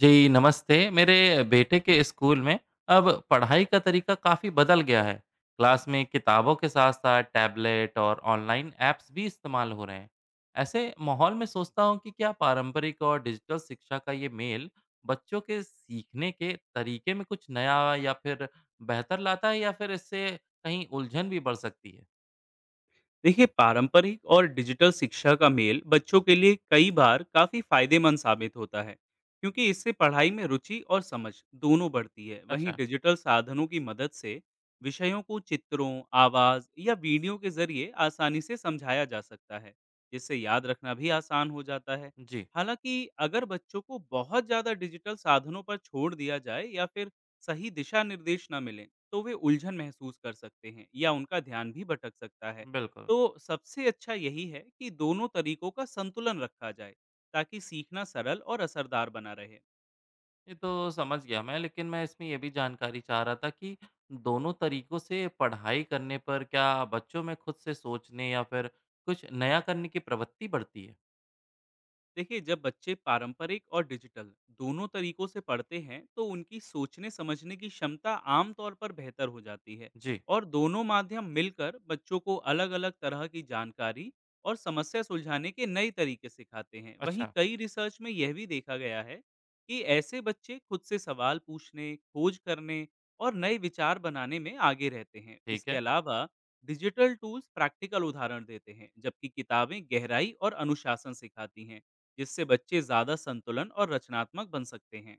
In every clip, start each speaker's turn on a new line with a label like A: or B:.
A: जी नमस्ते। मेरे बेटे के स्कूल में अब पढ़ाई का तरीका काफ़ी बदल गया है। क्लास में किताबों के साथ साथ टैबलेट और ऑनलाइन ऐप्स भी इस्तेमाल हो रहे हैं। ऐसे माहौल में सोचता हूँ कि क्या पारंपरिक और डिजिटल शिक्षा का ये मेल बच्चों के सीखने के तरीके में कुछ नया या फिर बेहतर लाता है या फिर इससे कहीं उलझन भी बढ़ सकती है।
B: देखिए, पारंपरिक और डिजिटल शिक्षा का मेल बच्चों के लिए कई बार काफ़ी फायदेमंद साबित होता है, क्योंकि इससे पढ़ाई में रुचि और समझ दोनों बढ़ती है। वहीं
A: अच्छा।
B: डिजिटल साधनों की मदद से विषयों को चित्रों, आवाज़ या वीडियो के जरिए आसानी से समझाया जा सकता है, जिससे याद रखना भी आसान हो जाता है।
A: जी।
B: हालांकि अगर बच्चों को बहुत ज़्यादा डिजिटल साधनों पर छोड़ दिया जाए या फिर सही दिशा निर्देश न मिले, तो वे उलझन महसूस कर सकते हैं या उनका ध्यान भी भटक सकता है।
A: बिल्कुल।
B: तो सबसे अच्छा यही है कि दोनों तरीकों का संतुलन रखा जाए, ताकि सीखना सरल और असरदार बना रहे।
A: ये तो समझ गया मैं, लेकिन मैं इसमें ये भी जानकारी चाह रहा था कि दोनों तरीकों से पढ़ाई करने पर क्या बच्चों में खुद से सोचने या फिर कुछ नया करने की प्रवृत्ति बढ़ती है?
B: देखिए, जब बच्चे पारंपरिक और डिजिटल दोनों तरीकों से पढ़ते हैं, तो उनकी सोचने समझने की क्षमता आमतौर पर बेहतर हो जाती है।
A: जी।
B: और दोनों माध्यम मिलकर बच्चों को अलग अलग तरह की जानकारी और समस्या सुलझाने के नए तरीके सिखाते हैं। वहीं
A: अच्छा।
B: कई रिसर्च में यह भी देखा गया है कि ऐसे बच्चे खुद से सवाल पूछने, खोज करने और नए विचार बनाने में आगे रहते हैं।
A: ठीक
B: इसके
A: है।
B: अलावा डिजिटल टूल्स प्रैक्टिकल उदाहरण देते हैं, जबकि किताबें गहराई और अनुशासन सिखाती हैं, जिससे बच्चे ज़्यादा संतुलन और रचनात्मक बन सकते हैं।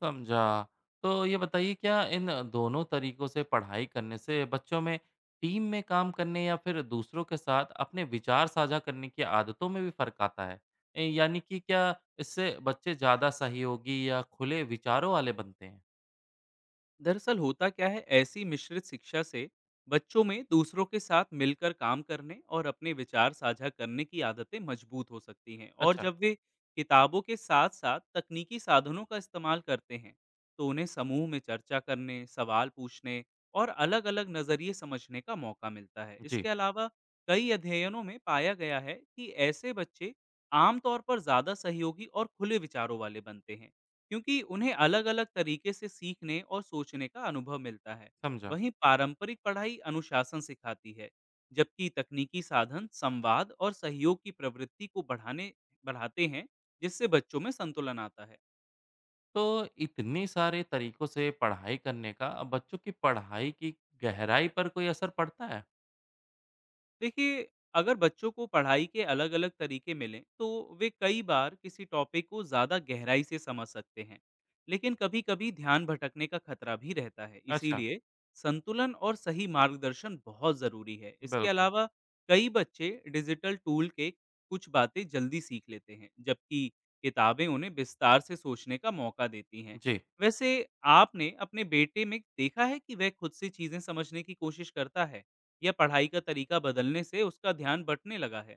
A: समझा। तो ये बताइए क्या इन दोनों तरीकों से पढ़ाई करने से बच्चों में टीम में काम करने या फिर दूसरों के साथ अपने विचार साझा करने की आदतों में भी फर्क आता है? यानी कि क्या इससे बच्चे ज़्यादा सहयोगी या खुले विचारों वाले बनते हैं?
B: दरअसल होता क्या है, ऐसी मिश्रित शिक्षा से बच्चों में दूसरों के साथ मिलकर काम करने और अपने विचार साझा करने की आदतें मजबूत हो सकती हैं। और
A: अच्छा।
B: जब वे किताबों के साथ साथ तकनीकी साधनों का इस्तेमाल करते हैं, तो उन्हें समूह में चर्चा करने, सवाल पूछने और अलग अलग नज़रिए समझने का मौका मिलता है।
A: जी।
B: इसके अलावा कई अध्ययनों में पाया गया है कि ऐसे बच्चे आमतौर पर ज़्यादा सहयोगी और खुले विचारों वाले बनते हैं, क्योंकि उन्हें अलग-अलग तरीके से सीखने और सोचने का अनुभव मिलता है।
A: समझा।
B: वहीं पारंपरिक पढ़ाई अनुशासन सिखाती है, जबकि तकनीकी साधन संवाद और सहयोग की प्रवृत्ति को बढ़ाने बढ़ाते हैं, जिससे बच्चों में संतुलन आता है।
A: तो इतने सारे तरीकों से पढ़ाई करने का बच्चों की पढ़ाई की गहराई पर कोई असर पड़ता है?
B: देखिए, अगर बच्चों को पढ़ाई के अलग-अलग तरीके मिलें, तो वे कई बार किसी टॉपिक को ज़्यादा गहराई से समझ सकते हैं, लेकिन कभी-कभी ध्यान भटकने का खतरा भी रहता है।
A: अच्छा।
B: इसीलिए संतुलन और सही मार्गदर्शन बहुत ज़रूरी है। इसके
A: बिल्कुल।
B: अलावा कई बच्चे डिजिटल टूल के कुछ बातें जल्दी सीख लेते हैं, जबकि किताबें उन्हें विस्तार से सोचने का मौका देती हैं।
A: जी।
B: वैसे आपने अपने बेटे में देखा है कि वह खुद से चीज़ें समझने की कोशिश करता है? या पढ़ाई का तरीका बदलने से उसका ध्यान बँटने लगा है?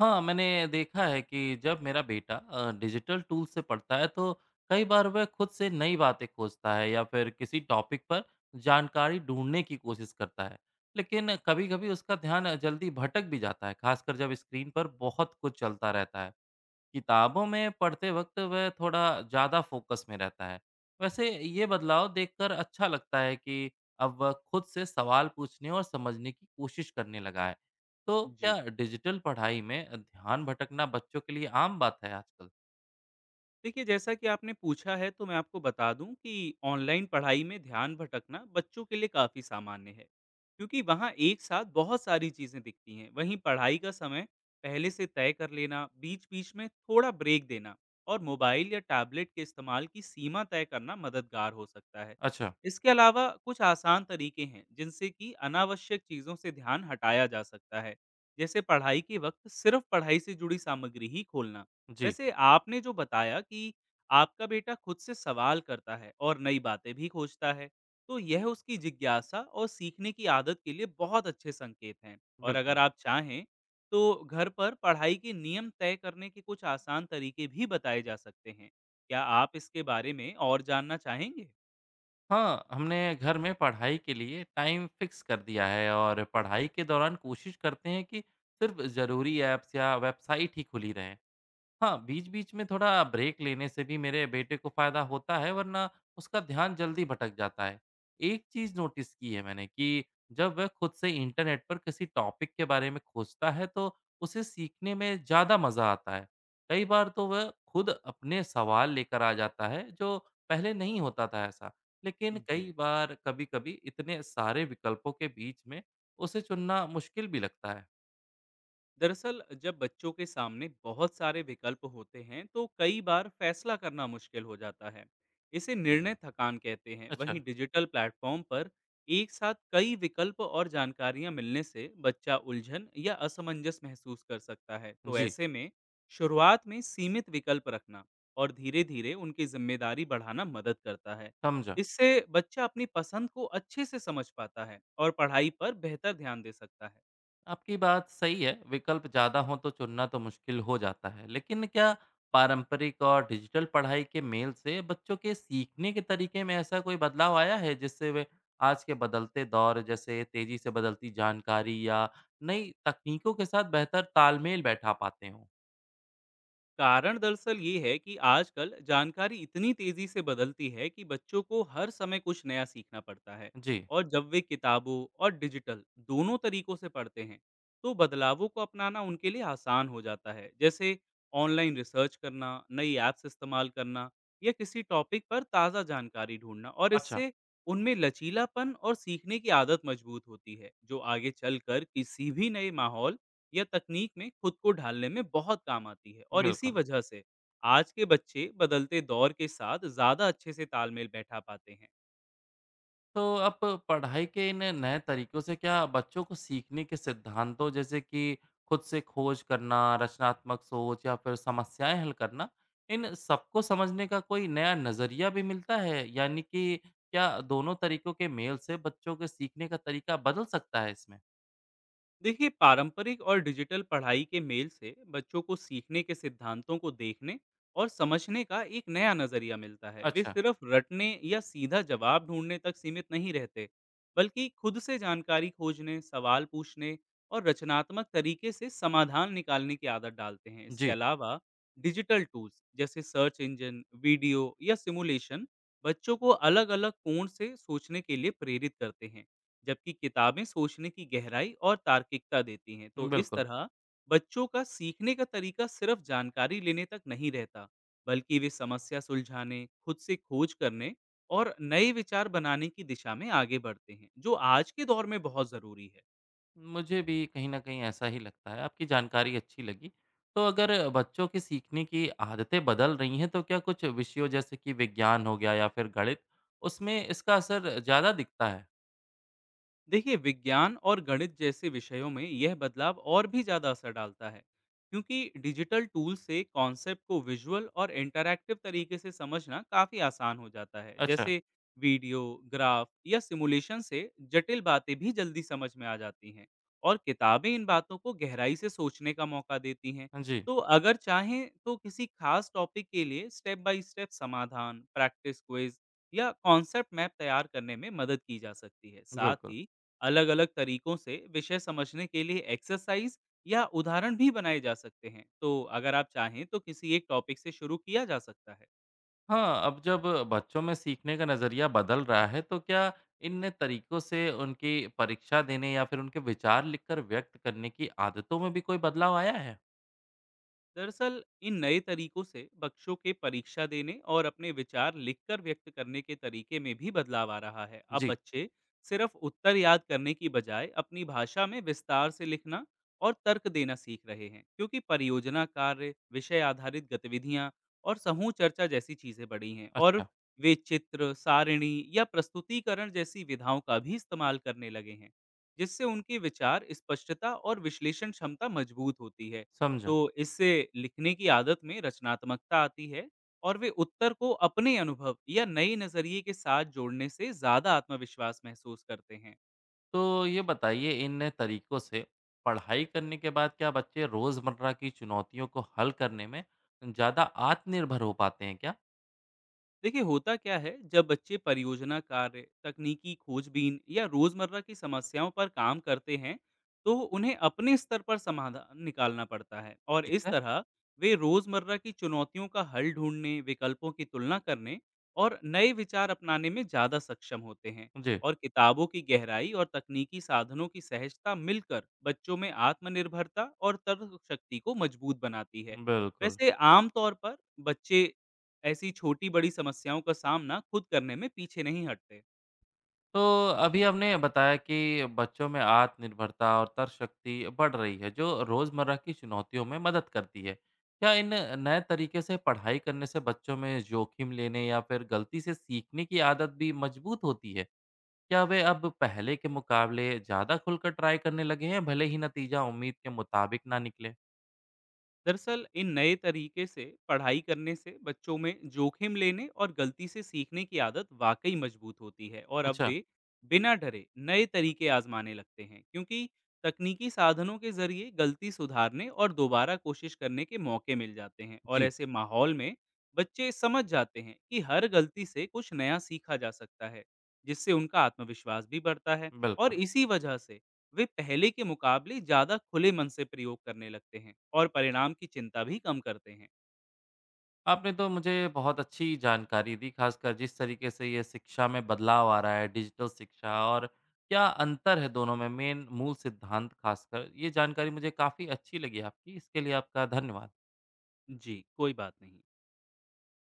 A: हाँ, मैंने देखा है कि जब मेरा बेटा डिजिटल टूल से पढ़ता है तो कई बार वह खुद से नई बातें खोजता है या फिर किसी टॉपिक पर जानकारी ढूँढने की कोशिश करता है। लेकिन कभी-कभी उसका ध्यान जल्दी भटक भी जाता है, खासकर जब स्क्रीन पर बहुत कुछ चलता रहता है। किताबों में पढ़ते वक्त वह थोड़ा ज़्यादा फोकस में रहता है। वैसे ये बदलाव देखकर अच्छा लगता है कि अब वह खुद से सवाल पूछने और समझने की कोशिश करने लगा है। तो
B: जी।
A: क्या डिजिटल पढ़ाई में ध्यान भटकना बच्चों के लिए आम बात है आजकल?
B: देखिए, जैसा कि आपने पूछा है, तो मैं आपको बता दूं कि ऑनलाइन पढ़ाई में ध्यान भटकना बच्चों के लिए काफ़ी सामान्य है, क्योंकि वहाँ एक साथ बहुत सारी चीज़ें दिखती हैं। वहीं पढ़ाई का समय पहले से तय कर लेना, बीच बीच में थोड़ा ब्रेक देना और मोबाइल या टैबलेट के इस्तेमाल की सीमा तय करना मददगार हो सकता है।
A: अच्छा।
B: इसके अलावा कुछ आसान तरीके हैं, जिनसे कि अनावश्यक चीज़ों से ध्यान हटाया जा सकता है, जैसे पढ़ाई के वक्त सिर्फ पढ़ाई से जुड़ी सामग्री ही खोलना।
A: जी।
B: वैसे आपने जो बताया कि आपका बेटा खुद से सवाल करता है और नई बातें भी खोजता है, तो यह उसकी जिज्ञासा और सीखने की आदत के लिए बहुत अच्छे संकेत हैं। और अगर
A: बिल्कुल।
B: आप चाहें, तो घर पर पढ़ाई के नियम तय करने के कुछ आसान तरीके भी बताए जा सकते हैं। क्या आप इसके बारे में और जानना चाहेंगे?
A: हाँ, हमने घर में पढ़ाई के लिए टाइम फ़िक्स कर दिया है और पढ़ाई के दौरान कोशिश करते हैं कि सिर्फ़ ज़रूरी ऐप्स या वेबसाइट ही खुली रहें। हाँ, बीच-बीच में थोड़ा ब्रेक लेने से भी मेरे बेटे को फ़ायदा होता है, वरना उसका ध्यान जल्दी भटक जाता है। एक चीज़ नोटिस की है मैंने कि जब वह खुद से इंटरनेट पर किसी टॉपिक के बारे में खोजता है, तो उसे सीखने में ज़्यादा मज़ा आता है। कई बार तो वह खुद अपने सवाल लेकर आ जाता है, जो पहले नहीं होता था ऐसा। लेकिन
B: जी,
A: कई बार कभी-कभी इतने सारे विकल्पों के बीच में उसे चुनना मुश्किल भी लगता है।
B: दरअसल जब बच्चों के सामने बहुत सारे विकल्प होते हैं, तो कई बार फैसला करना मुश्किल हो जाता है। इसे निर्णय थकान कहते हैं। वहीं
A: अच्छा।
B: डिजिटल प्लेटफॉर्म पर एक साथ कई विकल्प और जानकारियां मिलने से बच्चा उलझन या असमंजस महसूस कर सकता है। तो
A: जी।
B: ऐसे में शुरुआत में सीमित विकल्प रखना और धीरे धीरे उनकी जिम्मेदारी बढ़ाना मदद करता है।
A: समझा।
B: इससे बच्चा अपनी पसंद को अच्छे से समझ पाता है और पढ़ाई पर बेहतर ध्यान दे सकता है।
A: आपकी बात सही है, विकल्प ज़्यादा हों तो चुनना तो मुश्किल हो जाता है। लेकिन क्या पारंपरिक और डिजिटल पढ़ाई के मेल से बच्चों के सीखने के तरीके में ऐसा कोई बदलाव आया है जिससे वे आज के बदलते दौर जैसे तेजी से बदलती जानकारी या नई तकनीकों के साथ बेहतर तालमेल बैठा पाते हों?
B: कारण दरअसल ये है कि आजकल जानकारी इतनी तेजी से बदलती है कि बच्चों को हर समय कुछ नया सीखना पड़ता है।
A: जी।
B: और जब वे किताबों और डिजिटल दोनों तरीकों से पढ़ते हैं, तो बदलावों को अपनाना उनके लिए आसान हो जाता है, जैसे ऑनलाइन रिसर्च करना, नई ऐप्स इस्तेमाल करना या किसी टॉपिक पर ताज़ा जानकारी ढूंढना। और
A: अच्छा।
B: इससे उनमें लचीलापन और सीखने की आदत मजबूत होती है, जो आगे चलकर किसी भी नए माहौल या तकनीक में खुद को ढालने में बहुत काम आती है। और इसी
A: बिल्कुल।
B: वजह से आज के बच्चे बदलते दौर के साथ ज़्यादा अच्छे से तालमेल बैठा पाते हैं।
A: तो आप पढ़ाई के इन नए तरीकों से क्या बच्चों को सीखने के सिद्धांतों जैसे कि खुद से खोज करना, रचनात्मक सोच या फिर समस्याएं हल करना, इन सबको समझने का कोई नया नजरिया भी मिलता है? यानी कि क्या दोनों तरीकों के मेल से बच्चों के सीखने का तरीका बदल सकता है इसमें?
B: देखिए, पारंपरिक और डिजिटल पढ़ाई के मेल से बच्चों को सीखने के सिद्धांतों को देखने और समझने का एक नया नजरिया मिलता है। वे
A: अच्छा।
B: सिर्फ रटने या सीधा जवाब ढूंढने तक सीमित नहीं रहते, बल्कि खुद से जानकारी खोजने, सवाल पूछने और रचनात्मक तरीके से समाधान निकालने की आदत डालते हैं। इसके
A: जी।
B: अलावा डिजिटल टूल्स, जैसे सर्च इंजन, वीडियो या सिमुलेशन, बच्चों को अलग अलग कोण से सोचने के लिए प्रेरित करते हैं, जबकि किताबें सोचने की गहराई और तार्किकता देती हैं। तो इस
A: बिल्कुल।
B: तरह बच्चों का सीखने का तरीका सिर्फ जानकारी लेने तक नहीं रहता, बल्कि वे समस्या सुलझाने, खुद से खोज करने और नए विचार बनाने की दिशा में आगे बढ़ते हैं, जो आज के दौर में बहुत ज़रूरी है।
A: मुझे भी कहीं न कहीं ऐसा ही लगता है। आपकी जानकारी अच्छी लगी। तो अगर बच्चों की सीखने की आदतें बदल रही हैं, तो क्या कुछ विषयों जैसे कि विज्ञान हो गया या फिर गणित, उसमें इसका असर ज़्यादा दिखता है?
B: देखिए, विज्ञान और गणित जैसे विषयों में यह बदलाव और भी ज़्यादा असर डालता है, क्योंकि डिजिटल टूल से कॉन्सेप्ट को विजुअल और इंटरैक्टिव तरीके से समझना काफ़ी आसान हो जाता है।
A: अच्छा।
B: जैसे वीडियो, ग्राफ या सिमुलेशन से जटिल बातें भी जल्दी समझ में आ जाती हैं, और किताबें इन बातों को गहराई से सोचने का मौका देती हैं।
A: जी।
B: तो अगर चाहें तो किसी खास टॉपिक के लिए स्टेप बाय स्टेप समाधान, प्रैक्टिस क्विज या कॉन्सेप्ट मैप तैयार करने में मदद की जा सकती है। साथ
A: बिल्कुल।
B: ही अलग-अलग तरीकों से विषय समझने के लिए एक्सरसाइज या उदाहरण भी बनाए जा सकते हैं। तो अगर आप चाहें तो किसी एक टॉपिक से शुरू किया जा सकता है।
A: हाँ, अब जब बच्चों में सीखने का नज़रिया बदल रहा है, तो क्या इन तरीकों से उनकी परीक्षा देने या फिर उनके विचार लिखकर व्यक्त करने की आदतों में भी कोई बदलाव आया है?
B: दरअसल इन नए तरीकों से बच्चों के परीक्षा देने और अपने विचार लिखकर व्यक्त करने के तरीके में भी बदलाव आ रहा है। अब
A: जी।
B: बच्चे सिर्फ उत्तर याद करने की बजाय अपनी भाषा में विस्तार से लिखना और तर्क देना सीख रहे हैं, क्योंकि परियोजना कार्य, विषय आधारित गतिविधियां और समूह चर्चा जैसी चीजें बढ़ी हैं। और
A: अच्छा।
B: वे चित्र, सारिणी या प्रस्तुतिकरण जैसी विधाओं का भी इस्तेमाल करने लगे हैं, जिससे उनके विचार, स्पष्टता और विश्लेषण क्षमता मजबूत होती है।
A: समझा।
B: तो इससे लिखने की आदत में रचनात्मकता आती है, और वे उत्तर को अपने अनुभव या नए नजरिए के साथ जोड़ने से ज्यादा आत्मविश्वास महसूस करते हैं।
A: तो ये बताइए इन तरीकों से पढ़ाई करने के बाद क्या बच्चे रोजमर्रा की चुनौतियों को हल करने में ज्यादा आत्मनिर्भर हो पाते हैं क्या?
B: देखिए, होता क्या है, जब बच्चे परियोजना कार्य, तकनीकी खोजबीन या रोजमर्रा की समस्याओं पर काम करते हैं, तो उन्हें अपने स्तर पर समाधान निकालना पड़ता है। और
A: ठीक
B: इस
A: है।
B: तरह वे रोजमर्रा की चुनौतियों का हल ढूंढने, विकल्पों की तुलना करने और नए विचार अपनाने में ज़्यादा सक्षम होते हैं।
A: जी।
B: और किताबों की गहराई और तकनीकी साधनों की सहजता मिलकर बच्चों में आत्मनिर्भरता और तर्क शक्ति को मजबूत बनाती है।
A: बिल्कुल।
B: वैसे आमतौर पर बच्चे ऐसी छोटी-बड़ी समस्याओं का सामना खुद करने में पीछे नहीं हटते।
A: तो अभी आपने बताया कि बच्चों में आत्मनिर्भरता और तर्क शक्ति बढ़ रही है जो रोजमर्रा की चुनौतियों में मदद करती है। क्या इन नए तरीके से पढ़ाई करने से बच्चों में जोखिम लेने या फिर गलती से सीखने की आदत भी मजबूत होती है? क्या वे अब पहले के मुकाबले ज़्यादा खुलकर ट्राई करने लगे हैं, भले ही नतीजा उम्मीद के मुताबिक ना निकले?
B: दरअसल इन नए तरीके से पढ़ाई करने से बच्चों में जोखिम लेने और गलती से सीखने की आदत वाकई मजबूत होती है। और अब
A: अच्छा।
B: वे बिना डरे नए तरीके आजमाने लगते हैं, क्योंकि तकनीकी साधनों के ज़रिए गलती सुधारने और दोबारा कोशिश करने के मौके मिल जाते हैं। और
A: जी।
B: ऐसे माहौल में बच्चे समझ जाते हैं कि हर गलती से कुछ नया सीखा जा सकता है, जिससे उनका आत्मविश्वास भी बढ़ता है। और
A: बिल्कुल।
B: इसी वजह से वे पहले के मुकाबले ज़्यादा खुले मन से प्रयोग करने लगते हैं और परिणाम की चिंता भी कम करते हैं।
A: आपने तो मुझे बहुत अच्छी जानकारी दी, खासकर जिस तरीके से ये शिक्षा में बदलाव आ रहा है, डिजिटल शिक्षा और क्या अंतर है दोनों में, मेन मूल सिद्धांत खासकर। ये जानकारी मुझे काफ़ी अच्छी लगी आपकी, इसके लिए आपका धन्यवाद।
B: जी, कोई बात नहीं।